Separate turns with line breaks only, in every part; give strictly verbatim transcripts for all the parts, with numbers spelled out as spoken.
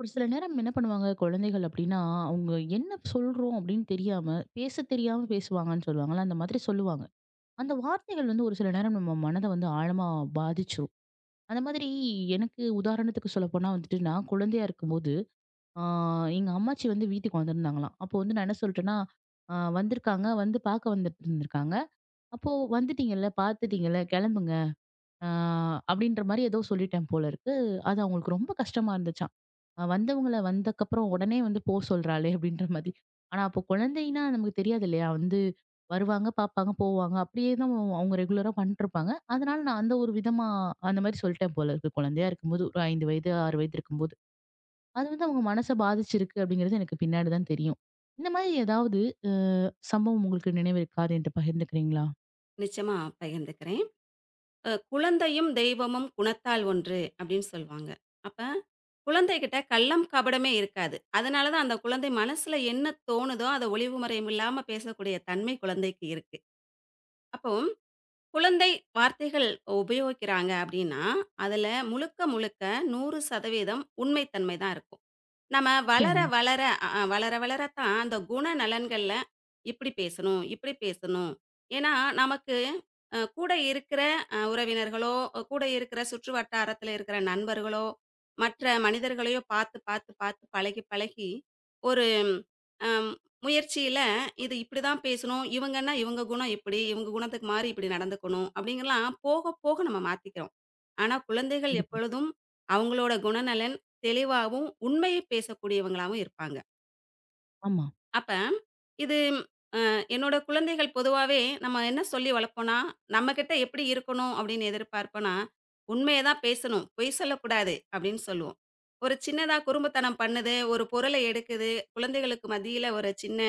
ஒரு சில நேரம் என்ன பண்ணுவாங்க குழந்தைகள் அப்படின்னா, அவங்க என்ன சொல்றோம் அப்படின்னு தெரியாம, பேச தெரியாம பேசுவாங்கன்னு சொல்லுவாங்கல்ல, அந்த மாதிரி சொல்லுவாங்க. அந்த வார்த்தைகள் வந்து ஒரு சில நேரம் நம்ம மனத வந்து ஆழமா பாதிச்சுரும். அந்த மாதிரி எனக்கு உதாரணத்துக்கு சொல்லப்போனா வந்துட்டு, நான் குழந்தையா இருக்கும்போது, ஆ எங்க அம்மாச்சி வந்து வீட்டுக்கு வந்திருந்தாங்களாம். அப்போ வந்து நான் என்ன சொல்லிட்டேன்னா, "ஆ வந்திருக்காங்க, வந்து பார்க்க வந்துருந்துருக்காங்க. அப்போ வந்துட்டீங்கல்ல, பார்த்துட்டீங்கல்ல, கிளம்புங்க. ஆ, அப்படின்ற மாரி ஏதோ சொல்லிட்டேன் போல இருக்கு. அது அவங்களுக்கு ரொம்ப கஷ்டமா இருந்துச்சாம். அ வந்தவங்கள வந்தக்கப்புறம் உடனே வந்து போ சொல்றாளே! அப்படின்ற மாதிரி. ஆனா அப்போ குழந்தைன்னா நமக்கு தெரியாது இல்லையா? வந்து வருவாங்க, பார்ப்பாங்க, போவாங்க. அப்படியே தான் அவங்க அவங்க ரெகுலரா பண்ணிட்டுருப்பாங்க. அதனால நான் அந்த ஒரு விதமா அந்த மாரி சொல்லிட்டேன் போல இருக்கு. குழந்தையா இருக்கும்போது ஒரு ஐந்து வயது, ஆறு வயது இருக்கும்போது. அது வந்து அவங்க மனச பாதிச்சிருக்கு அப்படிங்கிறது எனக்கு பின்னாடி தான் தெரியும். இந்த மாதிரி ஏதாவது சம்பவம் உங்களுக்கு நினைவு இருக்கா? அது என்ட்ட பகிர்ந்துக்கிறீங்களா?
நிச்சயமா பகிர்ந்துக்கிறேன். அ "குழந்தையும், தெய்வமும் குணத்தால் ஒன்று" அப்படின்னு சொல்லுவாங்க. அப்ப குழந்தைகிட்ட கள்ளம், கபடமே இருக்காது. அதனால தான் அந்த குழந்தை மனசுல என்ன தோணுதோ, அத ஒளிவு மறைவில்லாம பேசக்கூடிய தன்மை குழந்தைக்கு இருக்கு. அப்போ குழந்தை வார்த்தைகள் உபயோகிக்கிறாங்க அப்படின்னா, அதுல முழுக்க முழுக்க நூறு சதவீதம் உண்மைத்தன்மை தான் இருக்கும். நம்ம வளர,
நிச்சயமா.
வளர அ அ வளர வளர தான் அந்த குணநலன்கள்ல இப்படி பேசணும், இப்படி பேசணும். ஏன்னா, நமக்கு அ கூட இருக்கிற அ உறவினர்களோ, அ, கூட இருக்கிற சுற்று வட்டாரத்தில இருக்கிற நண்பர்களோ, மற்ற மனிதர்களையோ பார்த்து, பார்த்து, பார்த்து பழகி, பழகி ஒரு அம் முயற்சியில இது இப்படி தான் பேசணும், இவங்கன்னா இவங்க குணம் இப்படி, இவங்க குணத்துக்கு மாறி இப்படி நடந்துக்கணும் அப்படிங்கலாம் போக, போக நம்ம மாத்திக்கிறோம். ஆனா, குழந்தைகள்
கண்டிப்பா.
எப்பொழுதும் அவங்களோட குணநலன் தெளிவாவும், உண்மையை பேசக்கூடியவங்களாவும் இருப்பாங்க.
ஆமா.
அப்ப, இது அ என்னோட குழந்தைகள் பொதுவாவே நம்ம என்ன சொல்லி வளர்ப்போம்னா, நம்மகிட்ட எப்படி இருக்கணும் அப்படின்னு எதிர்பார்ப்போம்னா, "உண்மைய தான் பேசணும், பொய் சொல்லக்கூடாது" அப்படின்னு சொல்லுவோம். ஒரு சின்னதா குறும்புத்தனம் பண்ணுது, ஒரு பொருளை எடுக்குது, குழந்தைகளுக்கு மத்தியில ஒரு சின்ன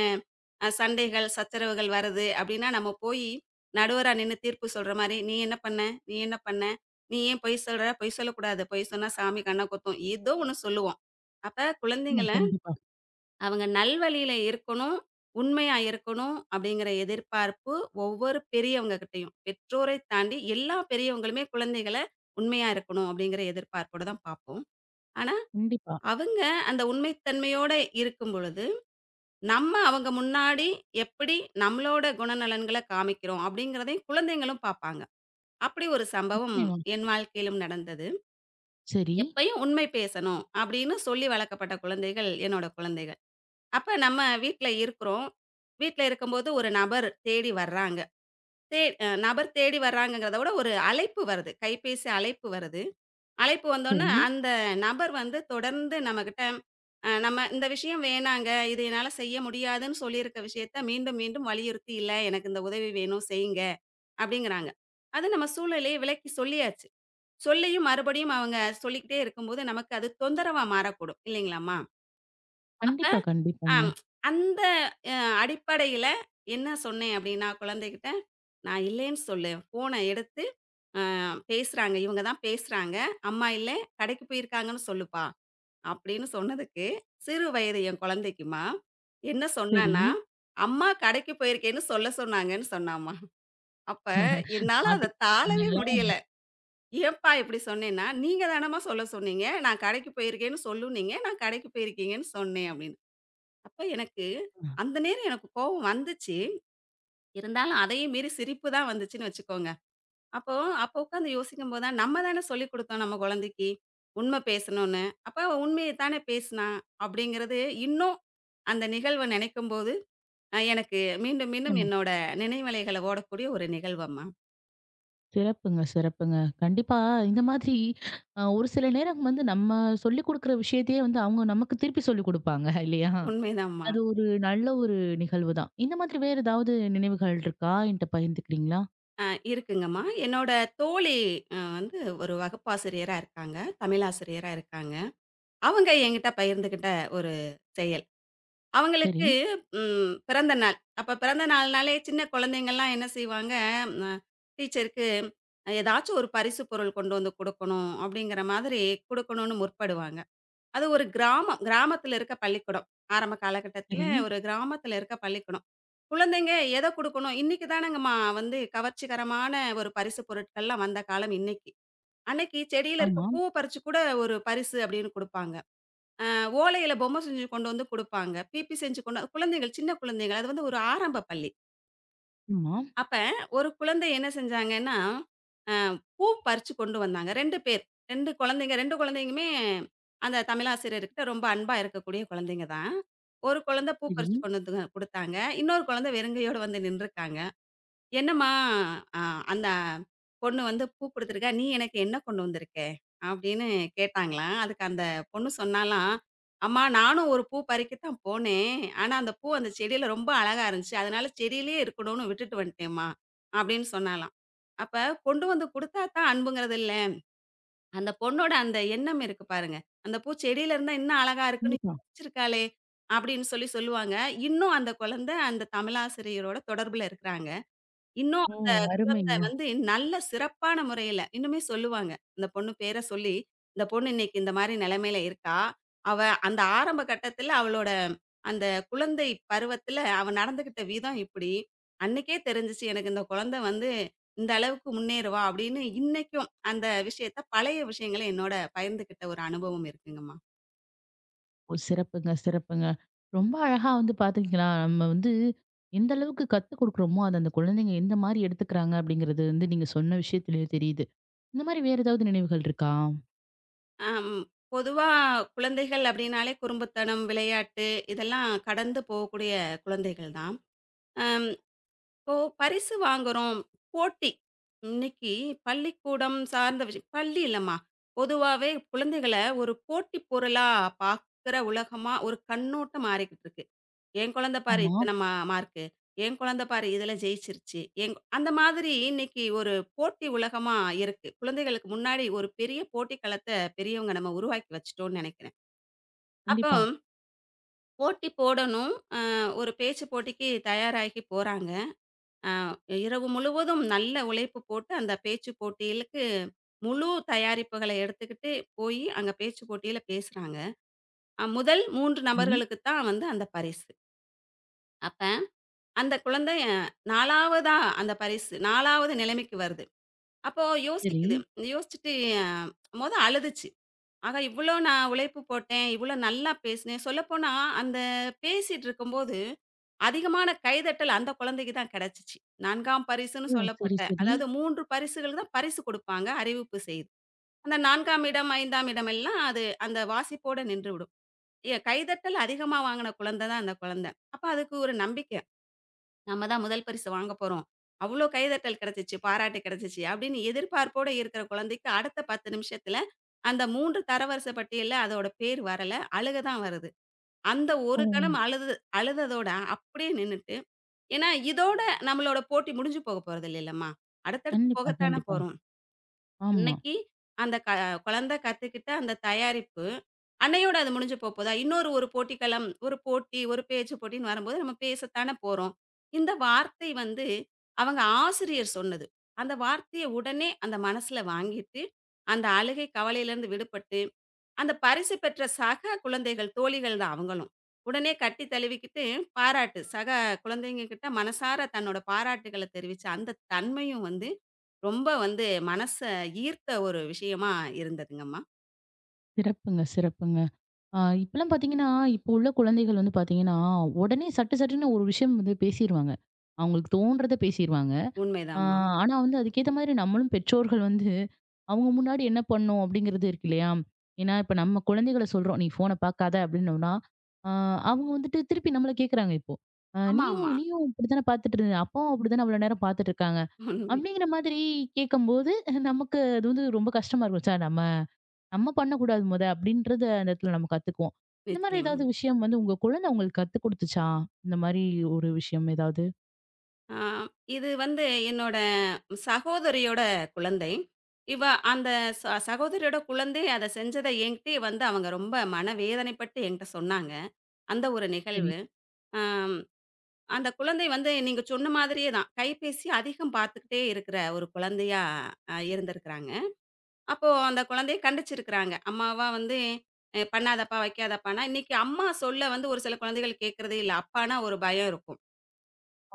அ சண்டைகள், சச்சரவுகள் வருது அப்படின்னா, நம்ம போயி நடுவரா நின்னு தீர்ப்பு சொல்ற மாரி, "நீ என்ன பண்ண? நீ என்ன பண்ண? நீ ஏன் பொய் சொல்ற? பொய் சொல்லக்கூடாது. பொய் சொன்னா சாமி கண்ண கொத்தும்." ஏதோ ஒண்ணு சொல்லுவோம். அப்ப
ஆமா.
குழந்தைங்கள
கண்டிப்பா.
அவங்க நல்வழியில இருக்கணும், உண்மையா இருக்கணும் அப்படிங்கிற எதிர்பார்ப்பு ஒவ்வொரு பெரியவங்க கிட்டயும். பெற்றோரை தாண்டி எல்லா பெரியவங்களுமே குழந்தைகள உண்மையா இருக்கணும் அப்படிங்கிற எதிர்பார்ப்போட தான் பார்ப்போம். ஆனா,
கண்டிப்பா.
அவங்க அந்த உண்மைத்தன்மையோட இருக்கும் பொழுது, நம்ம அவங்க முன்னாடி எப்படி நம்மளோட குணநலன்கள காமிக்கிறோம் அப்படிங்கிறதையும் குழந்தைங்களும் பார்ப்பாங்க. அப்படி ஒரு சம்பவம்
நிச்சயமா.
என் வாழ்க்கையிலும் நடந்தது.
சரி,
எப்பயும் உண்மை பேசணும் அப்படின்னு சொல்லி வளர்க்கப்பட்ட குழந்தைகள் என்னோட குழந்தைகள். அப்ப நம்ம வீட்ல இருக்கிறோம். வீட்ல இருக்கும்போது ஒரு நபர் தேடி வர்றாங்க. தே அ நபர் தேடி வர்றாங்கங்கிறத விட ஒரு அழைப்பு வருது. கைபேசி அழைப்பு வருது. அழைப்பு வந்தோனே
சரி.
அந்த நபர் வந்து தொடர்ந்து நம்மகிட்ட அ நம்ம இந்த விஷயம் வேணாங்க. இது என்னால செய்ய முடியாதுன்னு சொல்லியிருக்க விஷயத்த மீண்டும், மீண்டும் வலியுறுத்தி, "இல்ல எனக்கு இந்த உதவி வேணும் செய்யுங்க" அப்படிங்கிறாங்க. அது நம்ம சூழ்நிலைய விளக்கி சொல்லியாச்சு. சொல்லியும் மறுபடியும் அவங்க சொல்லிக்கிட்டே இருக்கும்போது நமக்கு அது தொந்தரவா மாறக்கூடும் இல்லைங்களாம்மா? அப்ப
கண்டிப்பா,
ஆம்.
கண்டிப்பாங்க.
அந்த அ அடிப்படையில என்ன சொன்னேன் அப்டின்னா, குழந்தைகிட்ட, "நான் இல்லேன்னு சொல்லு. ஃபோன எடுத்து அ பேசுறாங்க. இவங்க தான் பேசுறாங்க. அம்மா இல்ல. கடைக்கு போயிருக்காங்கன்னு சொல்லுப்பா." அப்டின்னு சொன்னதுக்கு, சிறு வயது என் குழந்தைக்கும்மா, என்ன
சரி.
சொன்னான்னா, "அம்மா கடைக்கு போயிருக்கேன்னு சொல்ல சொன்னாங்கன்னு" சொன்னாம்மா. அப்ப என்னால அத தாளவே
மாட்டிக்கிட்டாங்கல்ல?
முடியல. "ஏன்ப்பா இப்டி சொன்னேன்னா, நீங்க தானம்மா சொல்ல சொன்னீங்க. நான் கடைக்கு போயிருக்கேன்னு சொல்லுனீங்க. நான் கடைக்கு போயிருக்கீங்கன்னு சொன்னேன்" அப்டின்னு. அப்ப எனக்கு அந்த நேரம் எனக்கு கோவம் வந்துச்சு. இருந்தாலும் அதையும் மீறி சிரிப்பு தான் வந்துச்சுன்னு வச்சுக்கோங்க. அப்போ அப்போ உட்காந்து யோசிக்கும்போது தான், நம்ம தானே சொல்லிக் குடுத்தோம் நம்ம குழந்தைக்கு, உண்மை பேசணும்னு. அப்ப அவ உண்மைய தானே பேசினா, அப்படிங்கிறது இன்னும் அந்த நிகழ்வ நினைக்கும்போது, அ எனக்கு மீண்டும் மீண்டும்
நிச்சயமா.
என்னோட நினைவலைகள ஓடக்கூடிய ஒரு நிகழ்வம்மா.
சிறப்புங்க, சிறப்புங்க. கண்டிப்பா இந்த மாதிரி அ ஒரு சில நேரம் வந்து நம்ம சொல்லிக் குடுக்குற விஷயத்தையே வந்து அவங்க நமக்கு திருப்பி சொல்லிக் குடுப்பாங்க இல்லையா?
உண்மைதாம்மா.
அது ஒரு நல்ல ஒரு நிகழ்வு தான். இந்த மாதிரி வேற ஏதாவது நினைவுகள் இருக்கா? என்ட்ட பகிர்ந்துக்கிறீங்களா?
அ இருக்குங்கம்மா. என்னோட தோழி அ வந்து ஒரு வகுப்பாசிரியரா இருக்காங்க. தமிழாசிரியரா இருக்காங்க. அவங்க என்கிட்ட பகிர்ந்துகிட்ட ஒரு செயல்.
சரி,
அவங்களுக்கு ம் பிறந்த நாள். அப்ப பிறந்த நாள்னாலே சின்ன குழந்தைங்கலாம் என்ன செய்வாங்க, அ டீச்சருக்கு ஏதாச்சும் ஒரு பரிசு பொருள் கொண்டு வந்து குடுக்கணும், அப்படிங்கிற மாதிரி குடுக்கணும்னு முற்படுவாங்க. அது ஒரு கிராமம். கிராமத்தில இருக்க பள்ளிக்கூடம். ஆரம்ப காலகட்டத்தில
சரி.
ஒரு கிராமத்தில இருக்க பள்ளிக்கூடம். குழந்தைங்க எத குடுக்கணும்? இன்னைக்கு தானங்கம்மா வந்து கவர்ச்சிகரமான ஒரு பரிசு பொருட்கள்லாம் வந்த காலம் இன்னைக்கு. அன்னைக்கு செடியில இருக்க
ஆமா,
பூவ பறிச்சு கூட ஒரு பரிசு அப்படின்னு குடுப்பாங்க. அ ஓலையில பொம்மை செஞ்சு கொண்டு வந்து குடுப்பாங்க. பிபி செஞ்சு கொண்டு வந்து- குழந்தைகள் சின்ன குழந்தைகள். அது வந்து ஒரு ஆரம்ப பள்ளி.
ஆமா.
அப்ப ஒரு குழந்தை என்ன செஞ்சாங்கன்னா, அ பூ பறிச்சு கொண்டு வந்தாங்க. 2 பேர். ரெண்டு குழந்தைங்க ரெண்டு குழந்தைங்களுமே அந்த தமிழாசிரியர்கிட்ட ரொம்ப அன்பா இருக்கக்கூடிய குழந்தைங்க தான். ஒரு குழந்தை பூ
சரி.
பறிச்சு கொண்டு வந்து குடுத்தாங்க. இன்னொரு குழந்தை வெறுங்கையோட வந்து நின்றுருக்காங்க. என்னம்மா, அ அந்த பொண்ணு வந்து பூ குடுத்துருக்கா, நீ எனக்கு என்ன கொண்டு வந்திருக்க? அப்படின்னு கேட்டாங்களாம். அதுக்கு அந்த பொண்ணு சொன்னாலாம், "அம்மா நானும் ஒரு பூ பறிக்கத்தான் போனேன். ஆனா அந்த பூ அந்த செடியில ரொம்ப அழகா இருந்துச்சு. அதனால செடியிலேயே இருக்கணும்னு விட்டுட்டு வந்துட்டேன்ம்மா" அப்படின்னு சொன்னாளாம். அப்ப கொண்டு வந்து குடுத்தா தான் அன்புங்கிறது இல்ல. அந்த பொண்ணோட அந்த எண்ணம் இருக்கு பாருங்க. அந்த பூ செடியில இருந்தா இன்னும் அழகா இருக்குன்னு
கண்டிப்பா.
யோசிச்சிருக்காளே அப்படின்னு சொல்லி சொல்லுவாங்க. இன்னும் அந்த குழந்தை அந்த தமிழாசிரியரோட தொடர்புல இருக்கிறாங்க. இன்னும்
ஓ!
அந்த
அருமைங்க.
வந்து நல்ல சிறப்பான முறையில, இன்னுமே சொல்லுவாங்க. அந்த பொண்ணு பேர சொல்லி, இந்த பொண்ணு இன்னைக்கு இந்த மாரி நிலைமையில இருக்கா. அவ அந்த ஆரம்ப கட்டத்துல அவளோட அந்த குழந்தை பருவத்துல அவ நடந்துகிட்ட விதம் இப்படி. அன்னைக்கே தெரிஞ்சுச்சு எனக்கு இந்த குழந்தை வந்து இந்த அளவுக்கு முன்னேறுவா அப்படின்னு இன்னைக்கும் அந்த விஷயத்த பழைய விஷயங்கள என்னோட பகிர்ந்துக்கிட்ட ஒரு அனுபவம் இருக்குங்கம்மா.
ஓ! சிறப்புங்க, சிறப்புங்க. ரொம்ப அழகா வந்து பாத்துக்கிங்களா, நம்ம வந்து எந்த அளவுக்கு கத்துக் குடுக்குறோமோ, அத அந்த குழந்தைங்க எந்த மாரி எடுத்துக்கிறாங்க அப்படிங்கிறது வந்து நீங்க சொன்ன விஷயத்திலேயே தெரியுது. இந்த மாரி வேற ஏதாவது நினைவுகள் இருக்கா?
ஆம். பொதுவா குழந்தைகள் அப்படின்னாலே குறும்புத்தனம், விளையாட்டு இதெல்லாம் கடந்து போகக்கூடிய குழந்தைகள் தான். அம் இப்போ பரிசு வாங்குறோம். போட்டி. இன்னைக்கு பள்ளிக்கூடம் சார்ந்த விஷயம் பள்ளி இல்லம்மா. பொதுவாவே குழந்தைகள ஒரு போட்டி பொருளா பார்க்குற உலகமா ஒரு கண்ணோட்டம் மாறிக்கிட்டு இருக்கு. என் குழந்தை பாரு
ஆமா,
இத்தன மா மார்க்கு. என் குழந்தை பாரு இதுல ஜெயிச்சிருச்சு. என் கு- அந்த மாதிரி இன்னைக்கு ஒரு போட்டி உலகமா இருக்கு. குழந்தைகளுக்கு முன்னாடி ஒரு பெரிய போட்டி களத்த பெரியவங்க நம்ம உருவாக்கி வச்சுட்டோம்னு நெனைக்கிறேன். அப்போ
கண்டிப்பா.
போட்டி போடணும். அ ஒரு பேச்சு போட்டிக்கு தயாராகி போறாங்க. அ இரவு முழுவதும் நல்ல உழைப்பு போட்டு, அந்த பேச்சு போட்டிகளுக்கு முழு தயாரிப்புகள எடுத்துக்கிட்டு போயி, அங்க பேச்சு போட்டியில பேசுறாங்க. அ முதல் மூன்று
சரி,
நபர்களுக்கு தான் வந்து அந்த பரிசு. அப்ப அந்த குழந்தை 4வதா அந்த பரிசு 4வது நிலைமைக்கு வருது. அப்போ
சரி.
யோசிக்குது. யோசிச்சுட்டு மொத அழுதுச்சு. ஆகா! இவ்வளோ நான் உழைப்பு போட்டேன், இவ்வளோ நல்லா பேசினேன். சொல்லப்போனா அந்த பேசிட்டு இருக்கும்போது அதிகமான கைதட்டல் அந்த குழந்தைக்கு தான் கிடைச்சுச்சு. 4ஆம் பரிசுன்னு
ஓ! சரி,
சொல்லப்பட்ட,
சரி.
அதாவது மூன்று பரிசுகள் தான் பரிசு குடுப்பாங்க, அறிவிப்பு செய்து. அந்த 4ஆம் இடம், 5ஆம் இடம் எல்லாம் அது அந்த வாசிப்போட நின்றுவிடும். எ கைதட்டல் அதிகமா வாங்குன குழந்தை தான் அந்த குழந்தை. அப்ப அதுக்கு ஒரு நம்பிக்கை. நம்ம தான் முதல் பரிசு வாங்க போறோம். அவ்ளோ கைதட்டல் கிடைச்சுச்சு, பாராட்டு கிடைச்சுச்சு அப்படின்னு எதிர்பார்ப்போட இருக்கிற குழந்தைக்கு அடுத்த பத்து நிமிஷத்துல அந்த மூன்று தரவரிசை பட்டியல்ல அதோட பேர் வரல. அழுக தான் வருது. அந்த
ஓ!
ஒரு கணம் அழுது அழுததோட அப்படியே நின்னுட்டு ஏன்னா, இதோட நம்மளோட போட்டி முடிஞ்சு போக போறதில்லைல்லம்மா. அடுத்தடுத்து
கண்டிப்பா,
போகத்தானே
கண்டிப்பா.
போறோம்.
ஆமா.
அன்னைக்கு அந்த க குழந்தை கத்துக்கிட்ட அந்த தயாரிப்பு, அன்னையோட அது முடிஞ்சு போப்போதா? இன்னொரு ஒரு போட்டிக்களம், ஒரு போட்டி, ஒரு பேச்சு போட்டின்னு வரும்போது நம்ம பேசத்தானே போறோம். இந்த வார்த்தை வந்து அவங்க ஆசிரியர் சொன்னது. அந்த வார்த்தைய உடனே அந்த மனசுல வாங்கிட்டு, அந்த அழுகை கவலையிலேருந்து விடுபட்டு, அந்த பரிசு பெற்ற சக குழந்தைகள், தோழிகள் தான் அவங்களும். உடனே கட்டி தழுவிக்கிட்டு பாராட்டு, சக குழந்தைங்க கிட்ட மனசார தன்னோட பாராட்டுகள தெரிவிச்ச அந்த தன்மையும் வந்து ரொம்ப வந்து மனச ஈர்த்த ஒரு விஷயமா இருந்ததுங்கம்மா.
சிறப்புங்க, சிறப்புங்க. ஆ இப்பலாம் பாத்தீங்கன்னா, இப்போ உள்ள குழந்தைகள் வந்து பாத்தீங்கன்னா, உடனே சட்டு சட்டுன்னு ஒரு விஷயம் வந்து பேசிருவாங்க. அவங்களுக்கு தோன்றத பேசிருவாங்க. ஆ,
உண்மைதாம்மா.
ஆனா வந்து அதுக்கேத்த மாரி நம்மளும் பெற்றோர்கள் வந்து, அவங்க முன்னாடி என்ன பண்ணணும் அப்படிங்கிறது இருக்கு இல்லையா? ஏன்னா இப்ப நம்ம குழந்தைகள சொல்றோம், "நீ ஃபோன பார்க்காத" அப்படின்னோம்னா, ஆ அவங்க வந்துட்டு திருப்பி நம்மள கேட்குறாங்க இப்போ. அ
ஆமாமா.
"நீயும் நீயும் இப்படித்தானே பார்த்துட்டு இருந்த? அப்பாவும் அப்படித்தானே அவ்வளோ நேரம் பார்த்துட்டு இருக்காங்க."
உண்மை.
அப்படிங்கிற மாதிரி கேட்கும்போது, நமக்கு அது வந்து ரொம்ப கஷ்டமா இருக்கும். ச்ச நம்ம நம்ம பண்ணக்கூடாது மொத அப்படின்றத அந்த இடத்துல நம்ம கத்துக்குவோம். இந்த மாதிரி
நிச்சயமா.
ஏதாவது விஷயம் வந்து உங்க குழந்தை உங்களுக்கு கத்துக் குடுத்துச்சா? இந்த மாரி ஒரு விஷயம் ஏதாவது?
ஆ இது வந்து என்னோட சகோதரியோட குழந்தை. இவ அந்த ச சகோதரியோட குழந்தை அத செஞ்சத என்கிட்டயே வந்து அவங்க ரொம்ப மனவேதனைப்பட்டு என்கிட்ட சொன்னாங்க. அந்த ஒரு
சரி.
நிகழ்வு. ஆம் அந்த குழந்தை வந்து நீங்க சொன்ன மாதிரியே தான். கைபேசி அதிகம் பார்த்துக்கிட்டே இருக்கிற ஒரு குழந்தையா அ இருந்திருக்கிறாங்க. அப்போ அந்த குழந்தைய கண்டிச்சிருக்கிறாங்க. அம்மாவா வந்து அ பண்ணாதப்பா, வைக்காதப்பான்னா, இன்னைக்கு அம்மா சொல்ல வந்து ஒரு சில குழந்தைகள் கேட்கிறதே இல்ல. அப்பான்னா ஒரு பயம் இருக்கும்.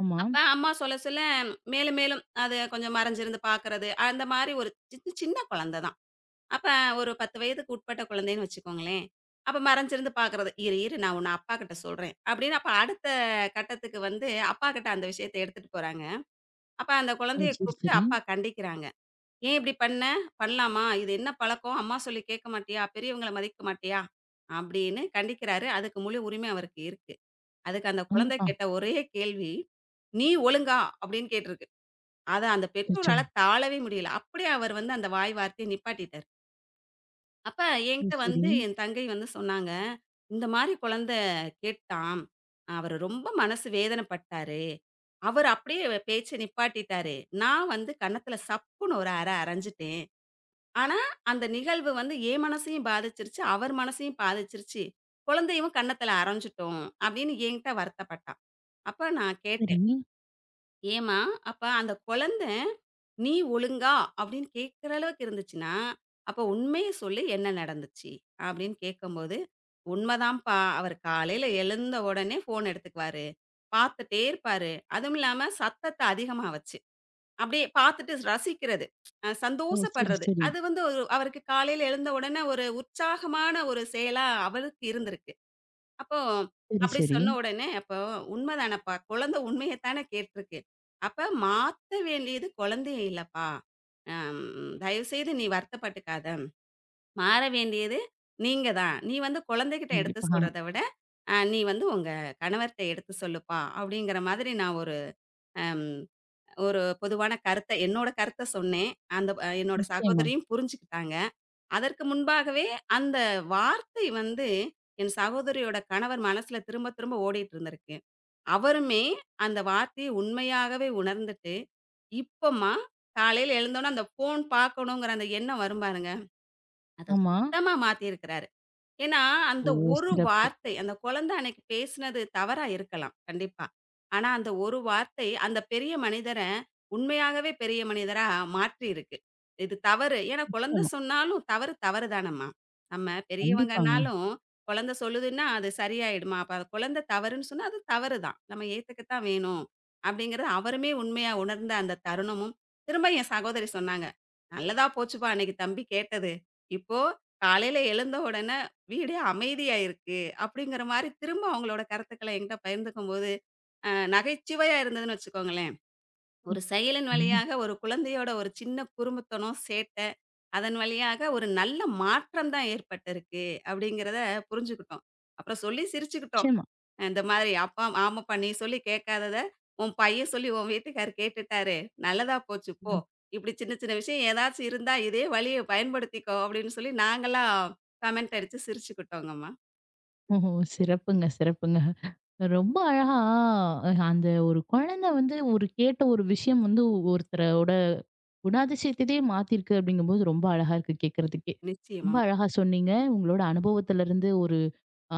ஆமா.
அப்ப அம்மா சொல்ல சொல்ல மேலும் மேலும் அது கொஞ்சம் மறைஞ்சிருந்து பார்க்கறது, அந்த மாரி ஒரு சின்ன சின்ன குழந்தை தான். அப்ப ஒரு பத்து வயதுக்கு உட்பட்ட குழந்தைன்னு வச்சுக்கோங்களேன். அப்ப மறைஞ்சிருந்து பார்க்கறது. "இரு இரு நான் உன்ன அப்பாகிட்ட சொல்றேன்." அப்படின்னு அப்ப அடுத்த கட்டத்துக்கு வந்து அப்பாகிட்ட அந்த விஷயத்த எடுத்துட்டு போறாங்க. அப்ப அந்த
ஓ!
குழந்தைய
சரி,
கூப்பிட்டு
சரி.
அப்பா கண்டிக்கிறாங்க. "ஏன் இப்படி பண்ண? பண்ணலாமா? இது என்ன பழக்கம்? அம்மா சொல்லி கேட்க மாட்டியா? பெரியவங்கள மதிக்க மாட்டியா?" அப்படின்னு கண்டிக்கிறாரு. அதுக்கு முழு உரிமை அவருக்கு இருக்கு. அதுக்கு அந்த குழந்தை
கண்டிப்பா.
கேட்ட ஒரே கேள்வி, "நீ ஒழுங்கா?" அப்படின்னு கேட்டிருக்கு. அத அந்த
அச்சச்சோ!
பெற்றோரால தாளவே முடியல. அப்படியே அவர் வந்து அந்த வாய் வார்த்தைய நிப்பாட்டிட்டாரு. அப்ப
ஓ!
என்கிட்ட
சரி,
வந்து என் தங்கை வந்து சொன்னாங்க, "இந்த மாரி குழந்தை கேட்டான். அவரு ரொம்ப மனசு வேதனைப்பட்டாரு. அவரு அப்படியே பேச்ச நிப்பாட்டிட்டாரு. நான் வந்து கன்னத்துல சப்புன்னு ஒரு அறை அறைஞ்சுட்டேன்." ஆனா, அந்த நிகழ்வு வந்து என் மனசையும் பாதிச்சிருச்சு, அவர் மனசையும் பாதிச்சிருச்சு. குழந்தையும் கன்னத்துல அறைஞ்சுட்டோம் அப்படின்னு என்கிட்ட வருத்தப்பட்டா. அப்ப நான்
சரி.
கேட்டேன், "ஏம்மா, அப்ப அந்த குழந்த 'நீ ஒழுங்கா?' அப்படின்னு கேட்கிற அளவுக்கு இருந்துச்சுன்னா, அப்ப உண்மைய சொல்லு என்ன நடந்துச்சு?" அப்படின்னு கேட்கும்போது, "உண்மதான்ப்பா. அவரு காலையில எழுந்த உடனே ஃபோன் எடுத்துக்குவாரு. பார்த்துட்டே இருப்பாரு. அதுவும் இல்லாம சத்தத்த அதிகமா வச்சு" அப்படியே பார்த்துட்டு ரசிக்கிறது. அ
ஓ! சரி,
சந்தோஷப்படுறது.
சரி.
அது வந்து ஒரு அவருக்கு காலையில எழுந்த உடனே ஒரு உற்சாகமான ஒரு செயலா அவருக்கு இருந்திருக்கு. அப்போ
சரி,
அப்படி
சரி.
சொன்ன உடனே, "அப்போ உண்மதானப்பா, குழந்தை உண்மைய தானே கேட்டிருக்கு. அப்ப மாத்த வேண்டியது குழந்தைய இல்லப்பா. அம் தயவுசெய்து நீ வருத்தப்பட்டுக்காத. மாற வேண்டியது நீங்க தான். நீ வந்து குழந்தைகிட்ட எடுத்து
கண்டிப்பா.
சொல்றத விட, அ நீ வந்து உங்க கணவர்ட்ட எடுத்து சொல்லுப்பா." அப்படிங்கிற மாதிரி நான் ஒரு அம் ஒரு பொதுவான கருத்த என்னோட கருத்த சொன்னேன். அந்த அ என்னோட
நிச்சயமா.
சகோதரியும் புரிஞ்சுக்கிட்டாங்க. அதற்கு முன்பாகவே அந்த வார்த்தை வந்து என் சகோதரியோட கணவர் மனசுல திரும்ப திரும்ப ஓடிட்டு இருந்திருக்கு. அவருமே அந்த வார்த்தையை உண்மையாகவே உணர்ந்துட்டு, இப்போம்மா காலையில எழுந்தோனே அந்த ஃபோன் பார்க்கணுங்கிற அந்த எண்ணம் வரும் பாருங்க. அத
ஆமா.
சுத்தமா மாத்தியிருக்கிறாரு. ஏன்னா,
ஓ!
அந்த ஒரு
சிறப்பு.
வார்த்தை, அந்த குழந்தை அன்னைக்கு பேசினது தவறா இருக்கலாம், கண்டிப்பா. ஆனா, அந்த ஒரு வார்த்தை அந்த பெரிய மனிதர உண்மையாகவே பெரிய மனிதரா மாற்றியிருக்கு. இது தவறு. ஏன்னா குழந்தை
நிச்சயமா.
சொன்னாலும் தவறு தவறு தானம்மா. நம்ம
கண்டிப்பாங்க.
பெரியவங்கனாலும் குழந்தை சொல்லுதுன்னா, அது சரியாயிடுமா? அப்ப அது குழந்தை தவறுன்னு சொன்னா, அது தவறு தான். நம்ம ஏத்துக்கத்தான் வேணும். அப்படிங்கிறது அவருமே உண்மையா உணர்ந்த அந்த தருணமும், திரும்ப என் சகோதரி சொன்னாங்க, "நல்லதா போச்சுப்பா அன்னைக்கு தம்பி கேட்டது. இப்போ காலையில எழுந்த உடனே வீடே அமைதியா இருக்கு. அப்படிங்கிற மாரி திரும்ப அவங்களோட கருத்துக்கள என்கிட்ட பகிர்ந்துக்கும்போது, அ நகைச்சுவையா இருந்ததுன்னு வச்சுக்கோங்களேன். ஒரு செயலின்
ரொம்ப
வழியாக ஒரு குழந்தையோட ஒரு சின்ன குறும்புத்தனம், சேட்டை, அதன் வழியாக ஒரு நல்ல மாற்றம் தான் ஏற்பட்டிருக்கு அப்படிங்கிறத புரிஞ்சுக்கிட்டோம். அப்புறம் சொல்லி சிரிச்சுக்கிட்டோம்.
நிச்சயமா.
அஹ், இந்த மாதிரி அப்பா ஆமாப்பா நீ சொல்லி கேட்காதத, உன் பையன் சொல்லி உன் வீட்டுக்காரர் கேட்டுட்டாரு. நல்லதா போச்சு போ.
ம்.
இப்படி சின்ன சின்ன விஷயம் ஏதாச்சும் இருந்தா இதே வழிய பயன்படுத்திக்கோ அப்படின்னு சொல்லி நாங்கலாம் கமெண்ட் அடிச்சு சிரிச்சுக்கிட்டோங்கம்மா.
ஓஹோ! சிறப்புங்க, சிறப்புங்க. ரொம்ப அழகா அ அந்த ஒரு குழந்தை வந்து ஒரு கேட்ட ஒரு விஷயம் வந்து ஒருத்தரோட குணாதிசயத்தயே மாத்திருக்கு அப்படிங்கும்போது ரொம்ப அழகா இருக்கு கேட்கறதுக்கே. ரொம்ப
நிச்சயமாம்,
அழகா சொன்னீங்க. உங்களோட அனுபவத்திலருந்து ஒரு ஆ,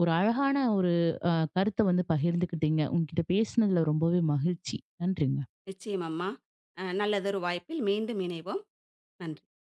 ஒரு அழகான ஒரு அ, கருத்த வந்து பகிர்ந்துக்கிட்டீங்க. உங்ககிட்ட பேசினதுல ரொம்பவே மகிழ்ச்சி. நன்றிங்க.
நிச்சயமாம்மா. அ நல்லதொரு வாய்ப்பில் மீண்டும் இணைவோம். நன்றி.